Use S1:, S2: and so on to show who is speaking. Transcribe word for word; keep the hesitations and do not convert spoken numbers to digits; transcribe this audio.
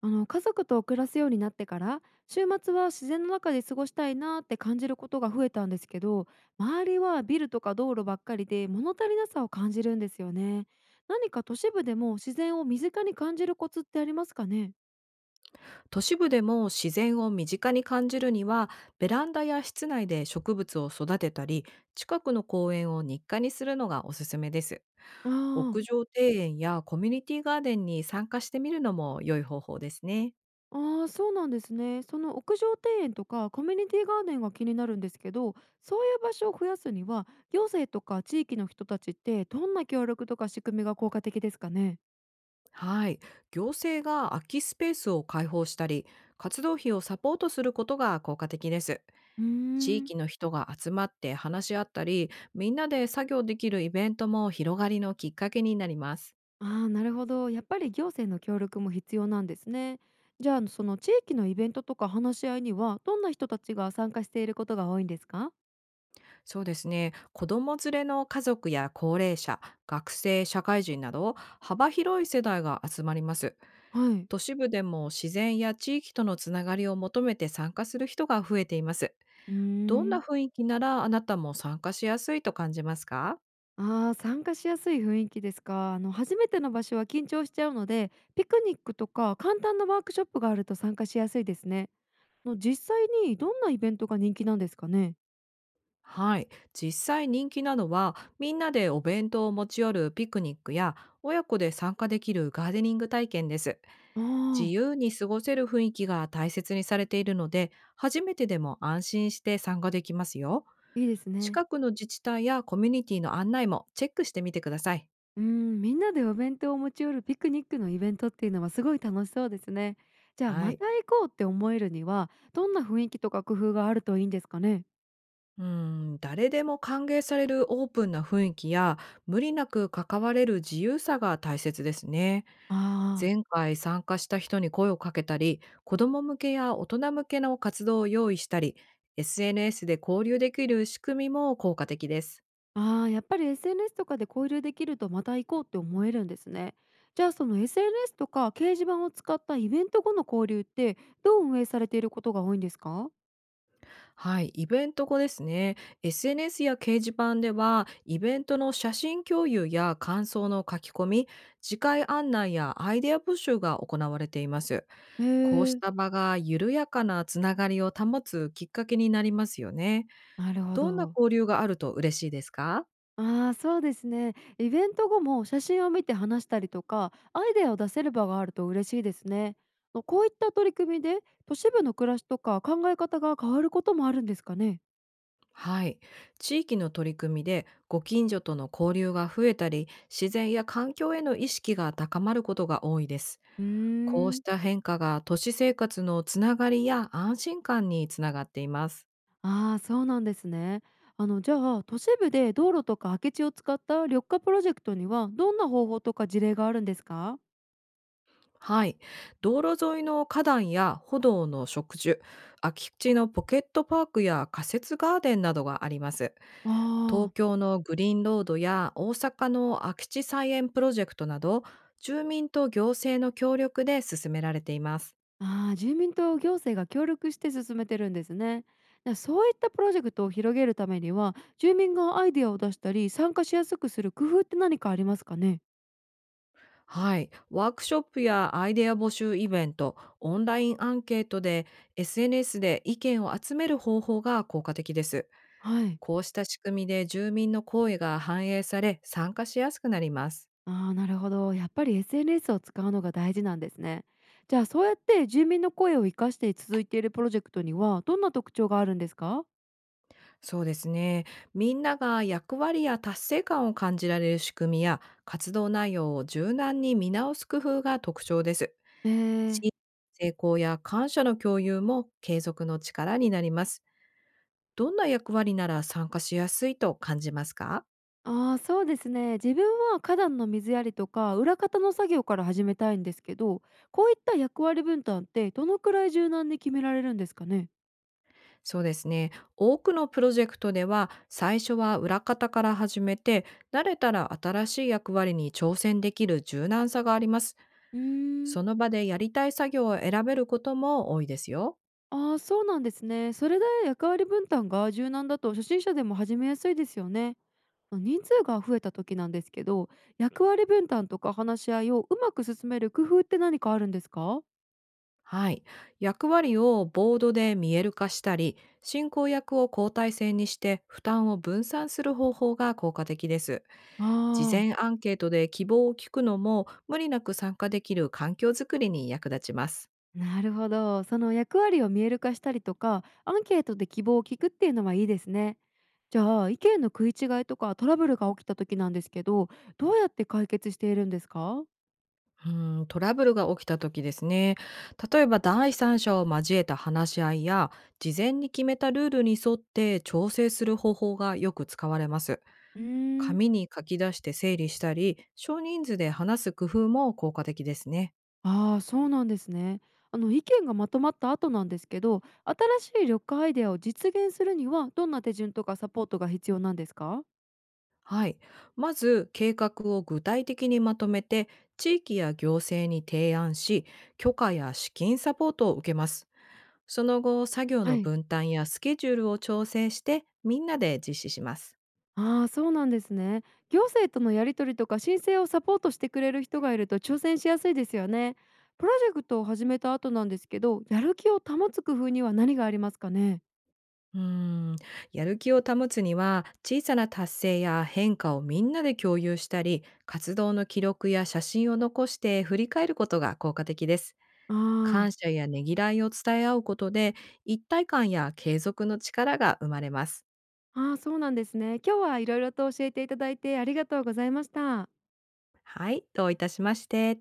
S1: あの家族と暮らすようになってから週末は自然の中で過ごしたいなって感じることが増えたんですけど、周りはビルとか道路ばっかりで物足りなさを感じるんですよね。何か都市部でも自然を身近に感じるコツってありますかね？
S2: 都市部でも自然を身近に感じるには、ベランダや室内で植物を育てたり、近くの公園を日課にするのがおすすめです。
S1: ああ、
S2: 屋上庭園やコミュニティガーデンに参加してみるのも良い方法ですね。
S1: あーそうなんですね。その屋上庭園とかコミュニティガーデンが気になるんですけど、そういう場所を増やすには行政とか地域の人たちってどんな協力とか仕組みが効果的ですかね？
S2: はい、行政が空きスペースを開放したり、活動費をサポートすることが効果的です。
S1: うー
S2: 地
S1: ん。
S2: 域の人が集まって話し合ったり、みんなで作業できるイベントも広がりのきっかけになります。
S1: ああ、なるほど。やっぱり行政の協力も必要なんですね。じゃあその地域のイベントとか話し合いにはどんな人たちが参加していることが多いんですか？
S2: そうですね。子供連れの家族や高齢者、学生、社会人など幅広い世代が集まります。
S1: はい。
S2: 都市部でも自然や地域とのつながりを求めて参加する人が増えています。
S1: うー
S2: どんな
S1: ん。
S2: 雰囲気ならあなたも参加しやすいと感じますか？
S1: ああ、参加しやすい雰囲気ですか。あの初めての場所は緊張しちゃうので、ピクニックとか簡単なワークショップがあると参加しやすいですね。の実際にどんなイベントが人気なんですかね。
S2: はい。実際人気なのはみんなでお弁当を持ち寄るピクニックや親子で参加できるガーデニング体験です。
S1: あ
S2: 自
S1: あ、
S2: 由に過ごせる雰囲気が大切にされているので、初めてでも安心して参加できますよ。
S1: いいですね。
S2: 近くの自治体やコミュニティの案内もチェックしてみてください。
S1: うん、みんなでお弁当を持ち寄るピクニックのイベントっていうのはすごい楽しそうですね。じゃあ
S2: は
S1: ま
S2: い。
S1: た行こうって思えるにはどんな雰囲気とか工夫があるといいんですかね？
S2: うん、誰でも歓迎されるオープンな雰囲気や、無理なく関われる自由さが大切ですね。
S1: あー
S2: 前回参加した人に声をかけたり、子ども向けや大人向けの活動を用意したり、エスエヌエス で交流できる仕組みも効果的です。
S1: あーやっぱり エスエヌエス とかで交流できるとまた行こうって思えるんですね。じゃあその エスエヌエス とか掲示板を使ったイベント後の交流ってどう運営されていることが多いんですか？
S2: はい、イベント後ですね、エスエヌエス や掲示板では、イベントの写真共有や感想の書き込み、次回案内やアイデア募集が行われています。
S1: へ
S2: こうし
S1: え、
S2: た場が緩やかなつながりを保つきっかけになりますよね。
S1: なるほ
S2: どんな
S1: ど。
S2: 交流があると嬉しいですか？
S1: ああ、そうですね。イベント後も写真を見て話したりとか、アイデアを出せる場があると嬉しいですね。あのこういった取り組みで、都市部の暮らしとか考え方が変わることもあるんですかね。
S2: はい、地域の取り組みでご近所との交流が増えたり、自然や環境への意識が高まることが多いです。
S1: うー
S2: こうし
S1: ん。
S2: た変化が都市生活のつながりや安心感につながっています。
S1: ああ、そうなんですね。あの、じゃあ、都市部で道路とか空き地を使った緑化プロジェクトには、どんな方法とか事例があるんですか？
S2: はい。道路沿いの花壇や歩道の植樹、空き地のポケットパークや仮設ガーデンなどがあります。東
S1: ああー。
S2: 京のグリーンロードや大阪の空き地菜園プロジェクトなど、住民と行政の協力で進められています。
S1: ああ、住民と行政が協力して進めてるんですね。なそういったプロジェクトを広げるためには、住民がアイデアを出したり、参加しやすくする工夫って何かありますかね？
S2: はい。ワークショップやアイデア募集イベント、オンラインアンケートで エスエヌエス で意見を集める方法が効果的です。
S1: はい。
S2: こうした仕組みで住民の声が反映され、参加しやすくなります。
S1: ああ、なるほど。やっぱり エスエヌエス を使うのが大事なんですね。じゃあ、そうやって住民の声を生かして続いているプロジェクトには、どんな特徴があるんですか？
S2: そうですね。みんなが役割や達成感を感じられる仕組みや、活動内容を柔軟に見直す工夫が特徴です。
S1: え
S2: 地域
S1: え、
S2: の成功や感謝の共有も継続の力になります。どんな役割なら参加しやすいと感じますか？
S1: ああ、そうですね。自分は花壇の水やりとか裏方の作業から始めたいんですけど、こういった役割分担ってどのくらい柔軟に決められるんですかね。
S2: そうですね。多くのプロジェクトでは、最初は裏方から始めて、慣れたら新しい役割に挑戦できる柔軟さがあります。
S1: うーん。
S2: その場でやりたい作業を選べることも多いですよ。
S1: ああ、そうなんですね。それで役割分担が柔軟だと初心者でも始めやすいですよね。人数が増えた時なんですけど、役割分担とか話し合いをうまく進める工夫って何かあるんですか？
S2: はい。役割をボードで見える化したり、進行役を交代制にして負担を分散する方法が効果的です。事
S1: あ
S2: 前
S1: あ、
S2: アンケートで希望を聞くのも、無理なく参加できる環境づくりに役立ちます。
S1: なるほど。その役割を見える化したりとか、アンケートで希望を聞くっていうのはいいですね。じゃあ、意見の食い違いとかトラブルが起きた時なんですけど、どうやって解決しているんですか？
S2: うん、トラブルが起きた時ですね。例えば第三者を交えた話し合いや、事前に決めたルールに沿って調整する方法がよく使われます。
S1: うーん。
S2: 紙に書き出して整理したり、少人数で話す工夫も効果的ですね。
S1: ああ、そうなんですね。あの意見がまとまった後なんですけど、新しい緑化アイデアを実現するにはどんな手順とかサポートが必要なんですか？
S2: はい。まず、計画を具体的にまとめて、地域や行政に提案し、許可や資金サポートを受けます。その後、作業
S1: は
S2: の
S1: い。
S2: 分担やスケジュールを調整して、みんなで実施します。
S1: ああ、そうなんですね。行政とのやり取りとか申請をサポートしてくれる人がいると挑戦しやすいですよね。プロジェクトを始めた後なんですけど、やる気を保つ工夫には何がありますかね？
S2: うーん、やる気を保つには、小さな達成や変化をみんなで共有したり、活動の記録や写真を残して振り返ることが効果的です。
S1: ああ。
S2: 感謝やねぎらいを伝え合うことで一体感や継続の力が生まれます。
S1: ああ、そうなんですね。今日は色々と教えていただいてありがとうございました。
S2: はい、どういたしまして。